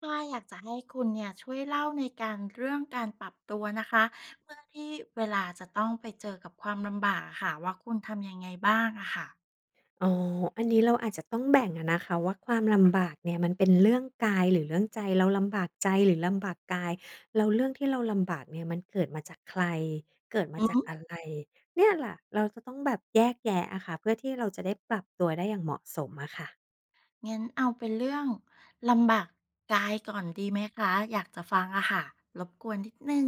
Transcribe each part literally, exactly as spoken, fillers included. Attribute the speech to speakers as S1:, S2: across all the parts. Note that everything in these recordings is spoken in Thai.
S1: ถ้าอยากจะให้คุณเนี่ยช่วยเล่าในการเรื่องการปรับตัวนะคะเมื่อที่เวลาจะต้องไปเจอกับความลำบากอะค่ะว่าคุณทำยังไงบ้างอะค่ะ
S2: อ๋ออันนี้เราอาจจะต้องแบ่งอะนะคะว่าความลำบากเนี่ยมันเป็นเรื่องกายหรือเรื่องใจเราลำบากใจหรือลำบากกายแล้วเรื่องที่เราลำบากเนี่ยมันเกิดมาจากใครเกิดมา
S1: อือ
S2: จา
S1: ฮ
S2: กอะไรเนี่ยแหละเราจะต้องแบบแยกแยะอะค่ะเพื่อที่เราจะได้ปรับตัวได้อย่างเหมาะสมอะค่ะ
S1: งั้นเอาเป็นเรื่องลำบากกายก่อนดีไหมคะอยากจะฟังอะค่ะรบกวนนิดนึ่ง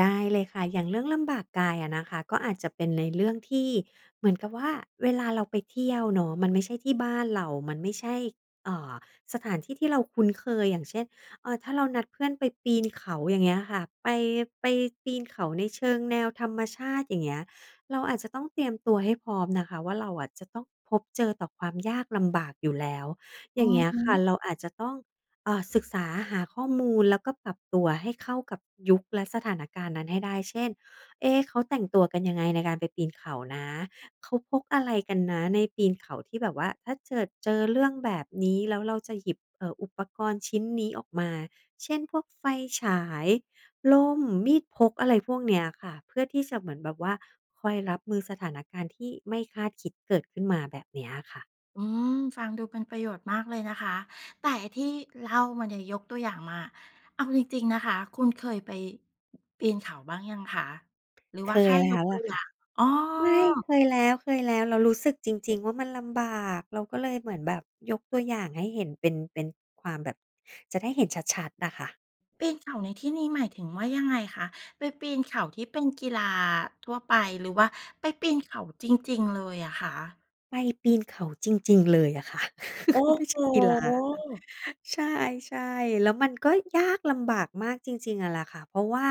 S2: ได้เลยค่ะอย่างเรื่องลำบากกายอะนะคะก็อาจจะเป็นในเรื่องที่เหมือนกับว่าเวลาเราไปเที่ยวเนาะมันไม่ใช่ที่บ้านเรามันไม่ใช่เอ่อสถานที่ที่เราคุ้นเคยอย่างเช่นเอ่อถ้าเรานัดเพื่อนไปปีนเขาอย่างเงี้ยค่ะไปไปปีนเขาในเชิงแนวธรรมชาติอย่างเงี้ยเราอาจจะต้องเตรียมตัวให้พร้อมนะคะว่าเราอะจะต้องพบเจอต่อความยากลำบากอยู่แล้วอ
S1: อื
S2: ย่าง
S1: อ
S2: เงี้ย
S1: ฮึ
S2: ค่ะเราอาจจะต้อง เอ่อศึกษาหาข้อมูลแล้วก็ปรับตัวให้เข้ากับยุคและสถานการณ์นั้นให้ได้เช่นเอ๊ะเขาแต่งตัวกันยังไงในการไปปีนเขานะเขาพกอะไรกันนะในปีนเขาที่แบบว่าถ้าเจิดเจอเรื่องแบบนี้แล้วเราจะหยิบเอ่ออุปกรณ์ชิ้นนี้ออกมาเช่นพวกไฟฉายร่มมีดพกอะไรพวกเนี้ยค่ะเพื่อที่จะเหมือนแบบว่าคอยรับมือสถานการณ์ที่ไม่คาดคิดเกิดขึ้นมาแบบเนี้ยค่ะ
S1: อืมฟังดูเป็นประโยชน์มากเลยนะคะแต่ที่เล่ามาเนี่ยยกตัวอย่างมาเอาจริงๆนะคะคุณเคยไปปีนเขาบ้างยังคะหรือ
S2: เค
S1: ว่า
S2: ย
S1: แค่ย
S2: แล้
S1: ก
S2: ว
S1: ตัว
S2: ล่ะ
S1: อย่า
S2: ค่ะ
S1: งอ๋อ
S2: ไม่เคยแล้วเคยแล้วเรารู้สึกจริงๆว่ามันลำบากเราก็เลยเหมือนแบบยกตัวอย่างให้เห็นเป็นเป็นความแบบจะได้เห็นชัดๆอะค่ะ
S1: ปีนเขาในที่นี้หมายถึงว่ายังไงคะไปปีนเขาที่เป็นกีฬาทั่วไปหรือว่าไปปีนเขาจริงๆเลยอะคะ
S2: ไปปีนเขาจริงๆเลยอะค่ะ
S1: โอ้
S2: ไม่
S1: โฮ
S2: ใช่กีฬาใช่ๆแล้วมันก็ยากลำบากมากจริงๆอะลหละค่ะเพราะว่า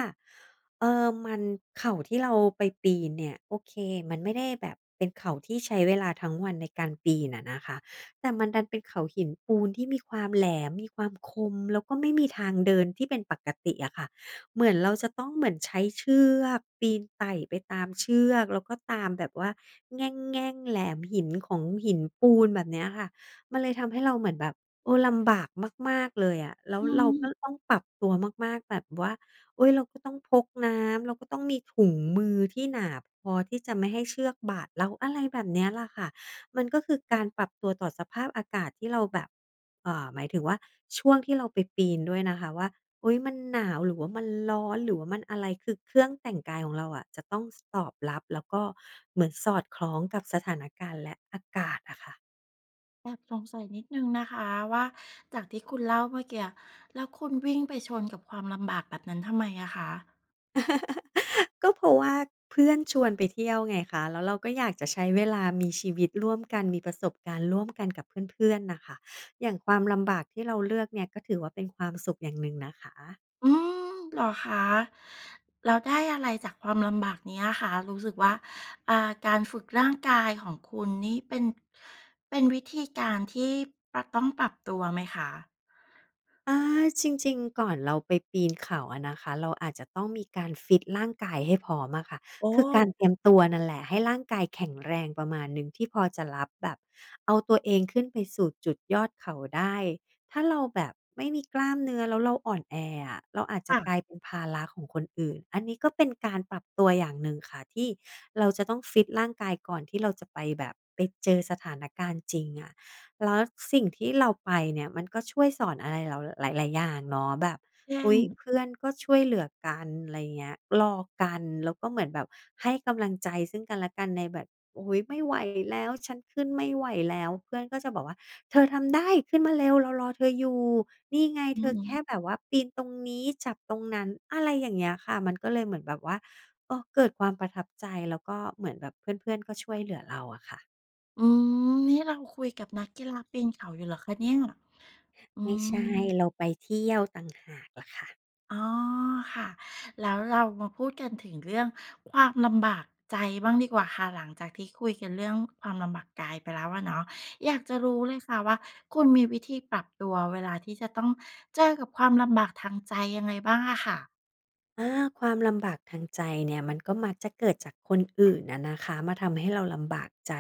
S2: เออมันเขาที่เราไปปีนเนี่ยโอเคมันไม่ได้แบบเป็นเขาที่ใช้เวลาทั้งวันในการปีนอะนะคะแต่มันดันเป็นเขาหินปูนที่มีความแหลมมีความคมแล้วก็ไม่มีทางเดินที่เป็นปกติอะค่ะ เหมือนเราจะต้องเหมือนใช้เชือกปีนไต่ไปตามเชือกแล้วก็ตามแบบว่าแง่งๆแหลมหินของหินปูนแบบเนี้ยค่ะมันเลยทำให้เราเหมือนแบบเออลำบากมากๆเลยอะแล้ว
S1: อื
S2: เรา
S1: ม
S2: ก็ต้องปรับตัวมากๆแบบว่าโอ๊ยเราก็ต้องพกน้ำเราก็ต้องมีถุงมือที่หนาพอที่จะไม่ให้เชือกบาดเราอะไรแบบเนี้ยล่ะค่ะมันก็คือการปรับตัวต่อสภาพอากาศที่เราแบบเอ่อหมายถึงว่าช่วงที่เราไปปีนด้วยนะคะว่า อุ๊ยมันหนาวหรือว่ามันร้อนหรือว่ามันอะไรคือเครื่องแต่งกายของเราอะจะต้องสตอบรับแล้วก็เหมือนสอดคล้องกับสถานการณ์และอากาศอะค่ะ
S1: แอบสงสัยนิดหนึ่งนะคะว่าจากที่คุณเล่าเมื่อกี้แล้วคุณวิ่งไปชนกับความลำบากแบบนั้นทำไมอะคะ
S2: ก็เพราะว่าเพื่อนชวนไปเที่ยวไงคะแล้วเราก็อยากจะใช้เวลามีชีวิตร่วมกันมีประสบการณ์ร่วมกันกับเพื่อนๆน่ะค่ะอย่างความลำบากที่เราเลือกเนี่ยก็ถือว่าเป็นความสุขอย่างหนึ่งนะคะ
S1: อืมเหรอคะเราได้อะไรจากความลำบากเนี้ค่คะรู้สึกว่าอ่าการฝึกร่างกายของคุณนี่เป็นเป็นวิธีการที่ปะต้องปรับตัวไหมคะ
S2: อาจริงๆก่อนเราไปปีนเขาอะนะคะเราอาจจะต้องมีการฟิตร่างกายให้พร้อมอะค่ะ
S1: โอ
S2: คือ
S1: ้
S2: การเตรียมตัวนั่นแหละให้ร่างกายแข็งแรงประมาณหนึ่งที่พอจะรับแบบเอาตัวเองขึ้นไปสู่จุดยอดเขาได้ถ้าเราแบบไม่มีกล้ามเนื้อแล้วเราอ่อนแออะเราอาจจะกลาย
S1: ค่ะ
S2: เป็นภาระของคนอื่นอันนี้ก็เป็นการปรับตัวอย่างหนึ่งค่ะที่เราจะต้องฟิตร่างกายก่อนที่เราจะไปแบบไปเจอสถานการณ์จริงอะ แล้วสิ่งที่เราไปเนี่ยมันก็ช่วยสอนอะไรเราหลายๆอย่างเนาะแบบ
S1: เช่น
S2: อุ๊ยเพื่อนก็ช่วยเหลือกันอะไรเงี้ยรอกันแล้วก็เหมือนแบบให้กำลังใจซึ่งกันและกันในแบบอุ๊ยไม่ไหวแล้วฉันขึ้นไม่ไหวแล้วเพื่อนก็จะบอกว่าเธอทำได้ขึ้นมาเร็วเรารอเธออยู่นี่ไง
S1: อื
S2: เธอแค่
S1: ม
S2: แบบว่าปีนตรงนี้จับตรงนั้นอะไรอย่างเงี้ยค่ะมันก็เลยเหมือนแบบว่าเออเกิดความประทับใจแล้วก็เหมือนแบบเพื่อนๆก็ช่วยเหลือเราอะค่ะ
S1: อืมนี่เราคุยกับนักกีฬาปีนเขาอยู่เหรอคะเนี่ยอื
S2: ไม่ใช่เรา
S1: ม
S2: ไปเที่ยวต่างหากล่ะค่ะ
S1: อ๋อค่ะแล้วเรามาพูดกันถึงเรื่องความลำบากใจบ้างดีกว่าค่ะหลังจากที่คุยกันเรื่องความลำบากกายไปแล้วอะเนาะอยากจะรู้เลยค่ะว่าคุณมีวิธีปรับตัวเวลาที่จะต้องเจอกับความลำบากทางใจยังไงบ้างอะค่ะ
S2: อาความลำบากทางใจเนี่ยมันก็มักจะเกิดจากคนอื่นอะนะคะมาทำให้เราลำบากใจ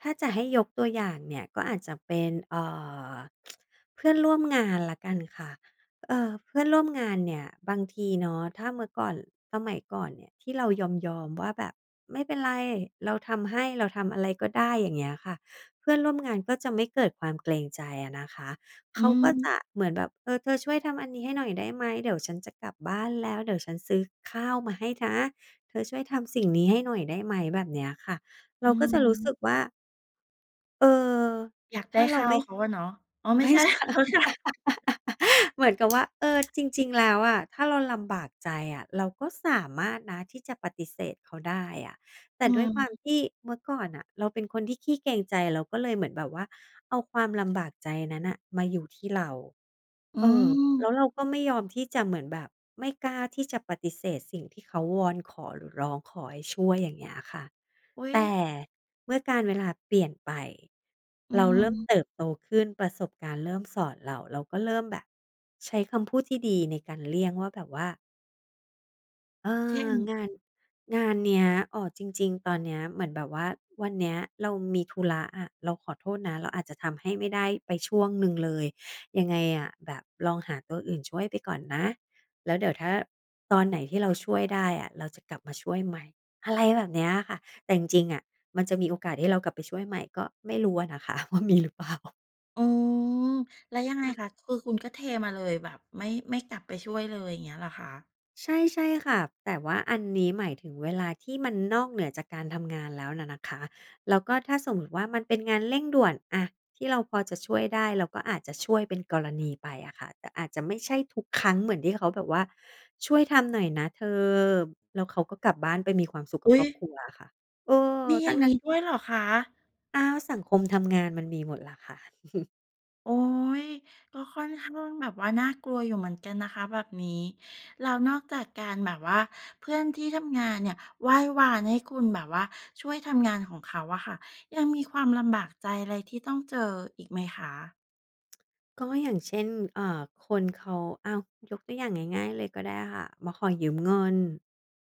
S2: ถ้าจะให้ยกตัวอย่างเนี่ยก็อาจจะเป็นเอ่อเพื่อนร่วมงานแล้วกันค่ะเอ่อเพื่อนร่วมงานเนี่ยบางทีเนาะถ้าเมื่อก่อนสมัยก่อนเนี่ยที่เรายอมๆว่าแบบไม่เป็นไรเราทำให้เราทำอะไรก็ได้อย่างเงี้ยค่ะเพื่อนร่วมงานก็จะไม่เกิดความเกรงใจอะนะคะ
S1: อื
S2: เขา
S1: ม
S2: ก็จะเหมือนแบบเออเธอช่วยทำอันนี้ให้หน่อยได้ไหมเดี๋ยวฉันจะกลับบ้านแล้วเดี๋ยวฉันซื้อข้าวมาให้นะเธอช่วยทำสิ่งนี้ให้หน่อยได้ไหมแบบเนี้ยค่ะ
S1: อื
S2: เราก็จะรู้สึก
S1: ม
S2: ว่าเออ
S1: อยากได้
S2: ถ้าเรา
S1: ข้าว
S2: ไม่
S1: เขาอะเนาะอ๋อ ไม่
S2: ไม่
S1: ใช่
S2: ช
S1: ขอโทษค่ะ
S2: เหมือนกับว่าเออจริงๆแล้วอะถ้าเราลำบากใจอะเราก็สามารถนะที่จะปฏิเสธเขาได้อะแต่
S1: อื
S2: ด้วย
S1: ม
S2: ความที่เมื่อก่อนน่ะเราเป็นคนที่ขี้เกรงใจเราก็เลยเหมือนแบบว่าเอาความลำบากใจนั้นน่ะมาอยู่ที่เรา
S1: อื
S2: เออ
S1: ม
S2: แล้วเราก็ไม่ยอมที่จะเหมือนแบบไม่กล้าที่จะปฏิเสธสิ่งที่เขาวอนขอหรือร้องขอให้ช่วยอย่างเงี้ยค่ะ
S1: อุ๊ย
S2: แต่เมื่อการเวลาเปลี่ยนไป
S1: อื
S2: เราเริ่มเติ
S1: ม
S2: บโตขึ้นประสบการณ์เริ่มสอนเราเราก็เริ่มแบบใช้คำพูดที่ดีในการเลี่ยงว่าแบบว่า เอ
S1: เช่
S2: อ
S1: น
S2: งานงานเนี้ยอ่อจริงๆตอนเนี้ยเหมือนแบบว่าวันเนี้ยเรามีธุระอะเราขอโทษนะเราอาจจะทำให้ไม่ได้ไปช่วงหนึ่งเลยยังไงอะแบบลองหาตัวอื่นช่วยไปก่อนนะแล้วเดี๋ยวถ้าตอนไหนที่เราช่วยได้อะเราจะกลับมาช่วยใหม่อะไรแบบเนี้ยอะค่ะแต่จริงๆอะมันจะมีโอกาสให้เรากลับไปช่วยใหม่ก็ไม่รู้อะนะคะ ว่ามีหรือเปล่า
S1: อืมแล้วยังไงคะคือคุณก็เทมาเลยแบบไม่ไม่กลับไปช่วยเลยอย่างเงี้ยเหรอคะ
S2: ใช่ใช่ค่ะแต่ว่าอันนี้หมายถึงเวลาที่มันนอกเหนือจากการทำงานแล้วน่ะนะคะแล้วก็ถ้าสมมุติว่ามันเป็นงานเร่งด่วนอะที่เราพอจะช่วยได้เราก็อาจจะช่วยเป็นกรณีไปอะค่ะแต่อาจจะไม่ใช่ทุกครั้งเหมือนที่เขาแบบว่าช่วยทำหน่อยนะเธอแล้วเขาก็กลับบ้านไปมีความสุขกับ
S1: อุ๊
S2: ค
S1: ย
S2: รอบครัวอะค่ะเออ
S1: มีอ
S2: ทั้
S1: ย่า
S2: ง
S1: งนี้ด้วยเหรอคะ
S2: ๆอ้าวสังคมทำงานมันมีหมดล่ะค่ะ
S1: โอ๊ยก็ค่อนข้างแบบว่าน่ากลัวอยู่เหมือนกันนะคะแบบนี้แล้วนอกจากการแบบว่าเพื่อนที่ทำงานเนี่ยไหว้วานให้คุณแบบว่าช่วยทำงานของเขาอะค่ะยังมีความลำบากใจอะไรที่ต้องเจออีกไหมคะ
S2: ก็อย่างเช่นเอ่อคนเขาอ้าวยกตัวอย่างง่ายๆเลยก็ได้ค่ะมาขอยืมเงิน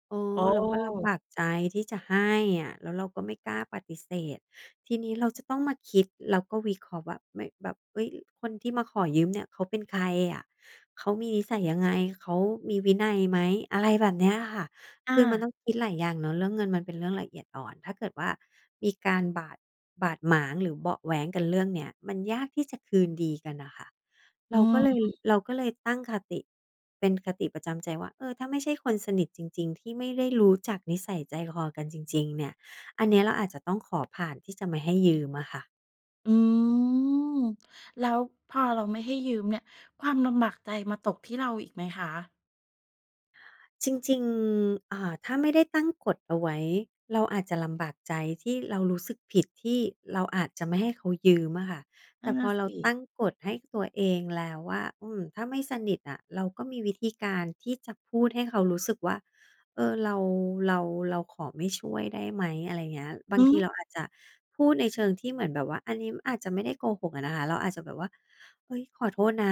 S2: เอ
S1: โอ
S2: อเราก็ลำ
S1: ้
S2: บากใจที่จะให้อะแล้วเราก็ไม่กล้าปฏิเสธทีนี้เราจะต้องมาคิดแล้วก็วิเคราะห์ว่าไม่แบบเฮ้ยคนที่มาขอยืมเนี่ยเขาเป็นใครอะเขามีนิสัยยังไงเขามีวินัยไหมอะไรแบบเนี้ยค่ะ
S1: อา
S2: คือมันต้องคิดหลายอย่างเนาะเรื่องเงินมันเป็นเรื่องละเอียดอ่อนถ้าเกิดว่ามีการบาดบาดหมางหรือเบาะแว้งกันเรื่องเนี้ยมันยากที่จะคืนดีกันน่ะค่ะ
S1: อื
S2: เราก็เล
S1: ม
S2: ยเราก็เลยตั้งคติเป็นคติประจำใจว่าเออถ้าไม่ใช่คนสนิทจริงๆที่ไม่ได้รู้จักนิสัยใจคอกันจริงๆเนี่ยอันเนี้ยเราอาจจะต้องขอผ่านที่จะไม่ให้ยืมอะค่ะ
S1: อืมแล้วพอเราไม่ให้ยืมเนี่ยความลำบากใจมาตกที่เราอีกไหมคะ
S2: จริงๆอ่าถ้าไม่ได้ตั้งกฎเอาไว้เราอาจจะลำบากใจที่เรารู้สึกผิดที่เราอาจจะไม่ให้เขายืมอะค่ะ
S1: นั่
S2: แต่
S1: น
S2: พอ
S1: น่ะ
S2: เรา
S1: สิ
S2: ตั้งกฎให้ตัวเองแล้วว่าอืมถ้าไม่สนิทอะเราก็มีวิธีการที่จะพูดให้เขารู้สึกว่าเออเราเราเราขอไม่ช่วยได้ไหมอะไรเงี้ยบาง
S1: อื
S2: ที
S1: ม
S2: เราอาจจะพูดในเชิงที่เหมือนแบบว่าอันนี้อาจจะไม่ได้โกหกอะนะคะเราอาจจะแบบว่าเฮ้ยขอโทษนะ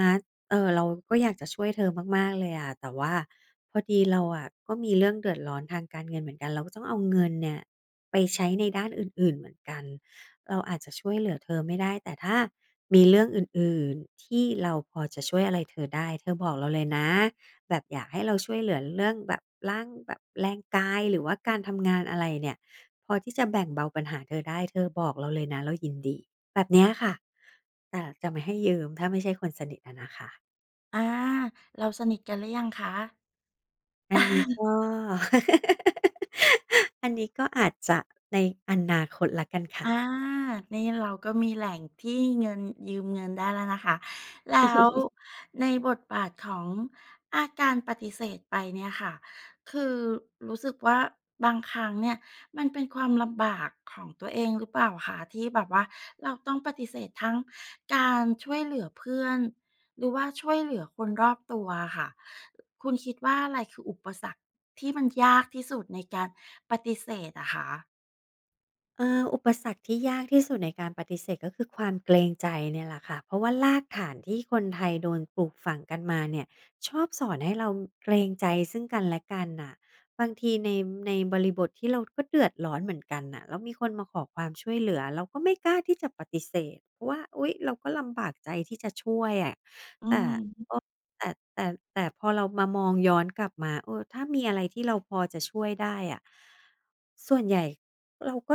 S2: เออเราก็อยากจะช่วยเธอมากๆเลยอะแต่ว่าพอดีเราอะก็มีเรื่องเดือดร้อนทางการเงินเหมือนกันเราก็ต้องเอาเงินเนี่ยไปใช้ในด้านอื่นๆเหมือนกันเราอาจจะช่วยเหลือเธอไม่ได้แต่ถ้ามีเรื่องอื่นๆที่เราพอจะช่วยอะไรเธอได้เธอบอกเราเลยนะแบบอยากให้เราช่วยเหลือเรื่องแบบร่างแบบแรงกายหรือว่าการทำงานอะไรเนี่ยพอที่จะแบ่งเบาปัญหาเธอได้เธอบอกเราเลยนะเรายินดีแบบเนี้ยค่ะแต่จะไม่ให้ยืมถ้าไม่ใช่คนสนิทอะนะคะ
S1: อาเราสนิทกันหรือยังคะ
S2: อันนี้ก็ อันนี้ก็อาจจะในอนาคตละกันค่ะ
S1: อานี่เราก็มีแหล่งที่เงินยืมเงินได้แล้วนะคะ แล้ว ในบทบาทของอาการปฏิเสธไปเนี่ยค่ะ คือรู้สึกว่าบางครั้งเนี่ยมันเป็นความลำบากของตัวเองหรือเปล่าคะที่แบบว่าเราต้องปฏิเสธทั้งการช่วยเหลือเพื่อนหรือว่าช่วยเหลือคนรอบตัวอะค่ะ คุณคิดว่าอะไรคืออุปสรรคที่มันยากที่สุดในการปฏิเสธอะคะ
S2: เอออุปสรรคที่ยากที่สุดในการปฏิเสธก็คือความเกรงใจเนี่ยแหละค่ะเพราะว่ารากฐานที่คนไทยโดนปลูกฝังกันมาเนี่ยชอบสอนให้เราเกรงใจซึ่งกันและกันน่ะบางทีในในบริบทที่เราก็เดือดร้อนเหมือนกันน่ะแล้วมีคนมาขอความช่วยเหลือเราก็ไม่กล้าที่จะปฏิเสธเพราะว่าอุ๊ยเราก็ลำบากใจที่จะช่วยอะ
S1: อื
S2: แต่
S1: ม
S2: แต่แต่แต่พอเรามามองย้อนกลับมาเออถ้ามีอะไรที่เราพอจะช่วยได้อะส่วนใหญ่เราก็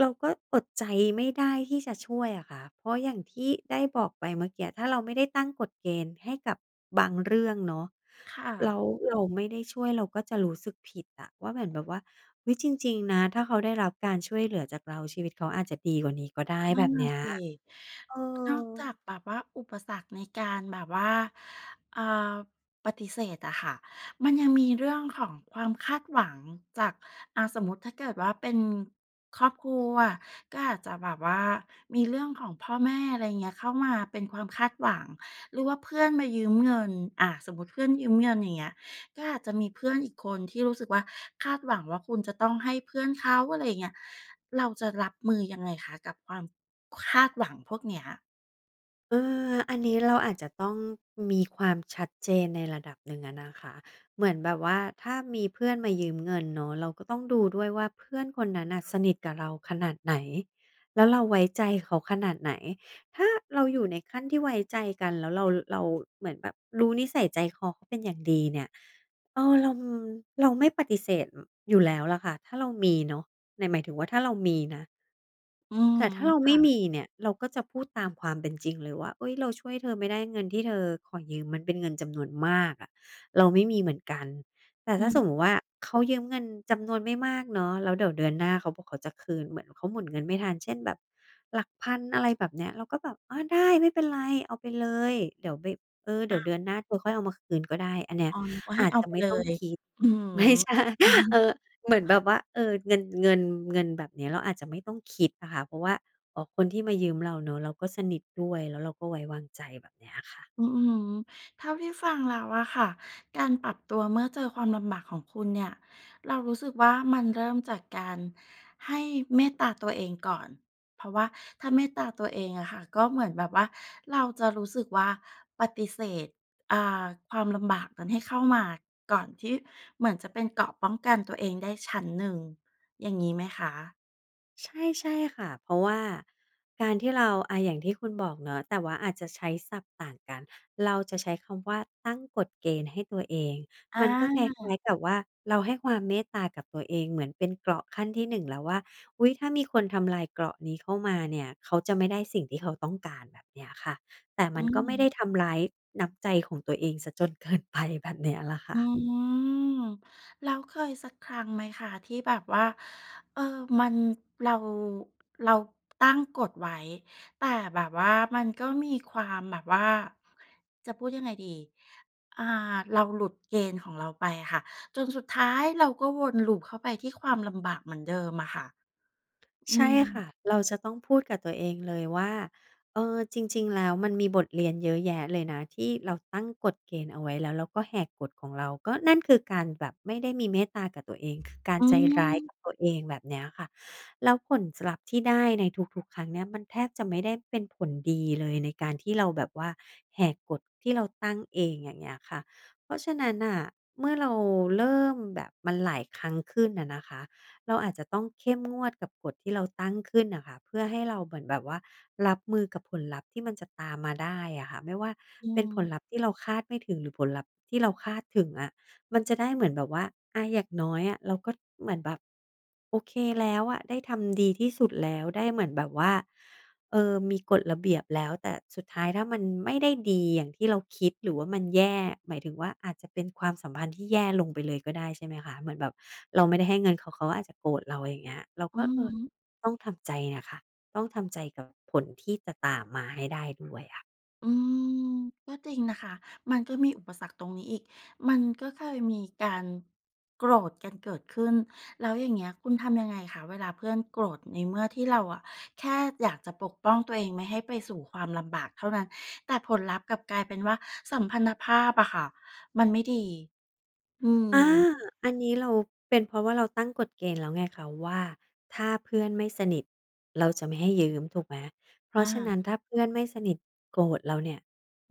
S2: เราก็อดใจไม่ได้ที่จะช่วยอะค่ะเพราะอย่างที่ได้บอกไปเมื่อกี้ถ้าเราไม่ได้ตั้งกฎเกณฑ์ให้กับบางเรื่องเนาะ
S1: ค่ะ
S2: แล้วเราไม่ได้ช่วยเราก็จะรู้สึกผิดอะว่าเหมือนแบบว่าเฮ้ยจริงๆนะถ้าเขาได้รับการช่วยเหลือจากเราชีวิตเขาอาจจะดีกว่านี้ก็ได้
S1: นั่
S2: แบ
S1: น
S2: บ
S1: น่ะ
S2: เนี้ย
S1: สิ
S2: เออ
S1: นอกจากแบบว่าอุปสรรคในการแบบว่าเอ่อปฏิเสธอะค่ะมันยังมีเรื่องของความคาดหวังจากอ่าสมมติถ้าเกิดว่าเป็นครอบครัวก็อาจจะแบบว่ามีเรื่องของพ่อแม่อะไรเงี้ยเข้ามาเป็นความคาดหวังหรือว่าเพื่อนมายืมเงินอ่าสมมติเพื่อนยืมเงินอย่างเงี้ย ก็อาจจะมีเพื่อนอีกคนที่รู้สึกว่าคาดหวังว่าคุณจะต้องให้เพื่อนเขาอะไรอย่างเงี้ยเราจะรับมือยังไงคะกับความคาดหวังพวกเนี้ย
S2: เอออันนี้เราอาจจะต้องมีความชัดเจนในระดับหนึ่งอะนะคะเหมือนแบบว่าถ้ามีเพื่อนมายืมเงินเนาะเราก็ต้องดูด้วยว่าเพื่อนคนนั้นน่ะสนิทกับเราขนาดไหนแล้วเราไว้ใจเขาขนาดไหนถ้าเราอยู่ในขั้นที่ไว้ใจกันแล้วเราเราเหมือนแบบรู้นิสัยใจคอเขาเป็นอย่างดีเนี่ยเออเราเราไม่ปฏิเสธอยู่แล้วล่ะค่ะถ้าเรามีเนาะในหมายถึงว่าถ้าเรามีนะ
S1: อือ
S2: แต่ถ้าเราไม่
S1: ค่ะ
S2: มีเนี่ยเราก็จะพูดตามความเป็นจริงเลยว่าเอ้ยเราช่วยเธอไม่ได้เงินที่เธอขอยืมมันเป็นเงินจำนวนมากอะเราไม่มีเหมือนกันแต่
S1: อื
S2: ถ้าสมมุ
S1: ม
S2: ติว่าเขายืมเงินจำนวนไม่มากเนาะแล้วเดี๋ยวเดือนหน้าเขาบอกเขาจะคืนเหมือนเขาหมุนเงินไม่ทันเช่นแบบหลักพันอะไรแบบเนี้ยเราก็แบบอาได้ไม่เป็นไรเอาไปเลยเดี๋ยวไปเออเดี๋ยวเดื
S1: อา
S2: อนหน้าเธอค่อยเอามาคืนก็ได้อันเนี้ย
S1: อ๋อนึกว่า
S2: อา
S1: ให้
S2: จ
S1: เอา
S2: จะ
S1: ไป
S2: ไม่
S1: เล
S2: ต้อง
S1: ย
S2: คิด
S1: อือ
S2: ไม่ใช่
S1: ฮึ
S2: เออ เหมือนแบบว่าเออเงินเงินเงินแบบเนี้ยเราอาจจะไม่ต้องคิดอะค่ะเพราะว่าอ๋อคนที่มายืมเราเนาะเราก็สนิทด้วยแล้วเราก็ไว้วางใจแบบเนี้ยค่ะ
S1: อืมเท่าที่ฟังแล้วอะค่ะการปรับตัวเมื่อเจอความลำบากของคุณเนี่ยเรารู้สึกว่ามันเริ่มจากการให้เมตตาตัวเองก่อนเพราะว่าถ้าเมตตาตัวเองอะค่ะก็เหมือนแบบว่าเราจะรู้สึกว่าปฏิเสธอ่าความลำบากนั้นให้เข้ามาก่อนที่เหมือนจะเป็นเกราะป้องกันตัวเองได้ชั้นหนึ่งอย่างงี้ไหมคะ
S2: ใช่ใช่ค่ะเพราะว่าการที่เราอาอย่างที่คุณบอกเนาะแต่ว่าอาจจะใช้ศัพท์ต่างกันเราจะใช้คำว่าตั้งกฎเกณฑ์ให้ตัวเอง
S1: อ
S2: มันก็คล
S1: า
S2: ้ายๆกับว่าเราให้ความเมตตากับตัวเองเหมือนเป็นเกราะขั้นที่หนึ่งแล้วว่าอุ๊ยถ้ามีคนทำลายเกราะนี้เข้ามาเนี่ยเขาจะไม่ได้สิ่งที่เขาต้องการแบบเนี้ยค่ะแต่
S1: อื
S2: มันก็ไม่ได้
S1: ม
S2: ทำร้ายน้ำใจของตัวเองเสียจนเกินไปแบบเนี้ยล่ะ
S1: อื
S2: ค่ะ
S1: มแล้วเคยสักครั้งไหมคะที่แบบว่าเออมันเราเราตั้งกฎไว้แต่แบบว่ามันก็มีความแบบว่าจะพูดยังไงดีอ่าเราหลุดเกณฑ์ของเราไปอะค่ะจนสุดท้ายเราก็วนลูปเข้าไปที่ความลำบากเหมือนเดิมอะค่ะอื
S2: ใช่ค่ะ
S1: ม
S2: เราจะต้องพูดกับตัวเองเลยว่าเออจริงๆแล้วมันมีบทเรียนเยอะแยะเลยนะที่เราตั้งกฎเกณฑ์เอาไว้แล้วเราก็แหกกฎของเราก็นั่นคือการแบบไม่ได้มีเมตตากับตัวเองคือการ
S1: อื
S2: ใจร้าย
S1: ม
S2: กับตัวเองแบบเนี้ยค่ะแล้วผลสลัพธ์ที่ได้ในทุกๆครั้งเนี่ยมันแทบจะไม่ได้เป็นผลดีเลยในการที่เราแบบว่าแหกกฎที่เราตั้งเองอย่างเงี้ยค่ะเพราะฉะนั้นน่ะเมื่อเราเริ่มแบบมันหลายครั้งขึ้นอะนะคะ เราอาจจะต้องเข้มงวดกับกฎที่เราตั้งขึ้นน่ะค่ะเพื่อให้เราเหมือนแบบว่ารับมือกับผลลัพธ์ที่มันจะตามมาได้อะค่ะไม่ว่า
S1: อื
S2: เป็นผลลัพธ์
S1: ม
S2: ที่เราคาดไม่ถึงหรือผลลัพธ์ที่เราคาดถึงอะมันจะได้เหมือนแบบว่าอาอย่างน้อยอะเราก็เหมือนแบบโอเคแล้วอะได้ทำดีที่สุดแล้วได้เหมือนแบบว่า เออมีกฎระเบียบแล้วแต่สุดท้ายถ้ามันไม่ได้ดีอย่างที่เราคิดหรือว่ามันแย่หมายถึงว่าอาจจะเป็นความสัมพันธ์ที่แย่ลงไปเลยก็ได้ใช่ไหมคะเหมือนแบบเราไม่ได้ให้เงินเขาเขาอาจจะโกรธเราอย่างเงี้ยเรา
S1: อื
S2: ก็เออ
S1: ม
S2: ต้องทำใจน่ะค่ะต้องทำใจกับผลที่จะตามมาให้ได้ด้วยอะ
S1: อืมก็จริงนะคะมันก็มีอุปสรรคตรงนี้อีกมันก็เคยมีการโกรธกันเกิดขึ้นแล้วอย่างเงี้ยคุณทำยังไงคะเวลาเพื่อนโกรธในเมื่อที่เราอะแค่อยากจะปกป้องตัวเองไม่ให้ไปสู่ความลำบากเท่านั้นแต่ผลลัพธ์กลับกลายเป็นว่าสัมพันธภาพอะค่ะมันไม่ดีอืม
S2: อาอันนี้เราเป็นเพราะว่าเราตั้งกฎเกณฑ์แล้วไงคะว่าถ้าเพื่อนไม่สนิทเราจะไม่ให้ยืมถูกไหมเพราะฉะนั้น
S1: อ่า
S2: ถ้าเพื่อนไม่สนิทโกรธเราเนี่ย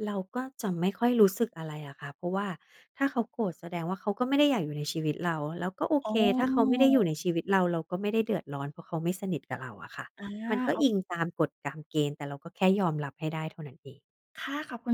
S2: เราก็จะไม่ค่อยรู้สึกอะไรอะค่ะเพราะว่าถ้าเขาโกรธแสดงว่าเขาก็ไม่ได้อยากอยู่ในชีวิตเราแล้วก็โอ
S1: อ๋
S2: เคถ้าเขาไม่
S1: อ
S2: ได้อยู่ในชีวิตเราเราก็ไม่ได้เดือดร้อนเพราะเขาไม่สนิทกับเราอะค่ะ
S1: อา
S2: มันก็อิ
S1: โอ
S2: งตามกฎตามเกณฑ์แต่เราก็แค่ยอมรับให้ได้เท่านั้นเอง
S1: ค่ะขอบคุณ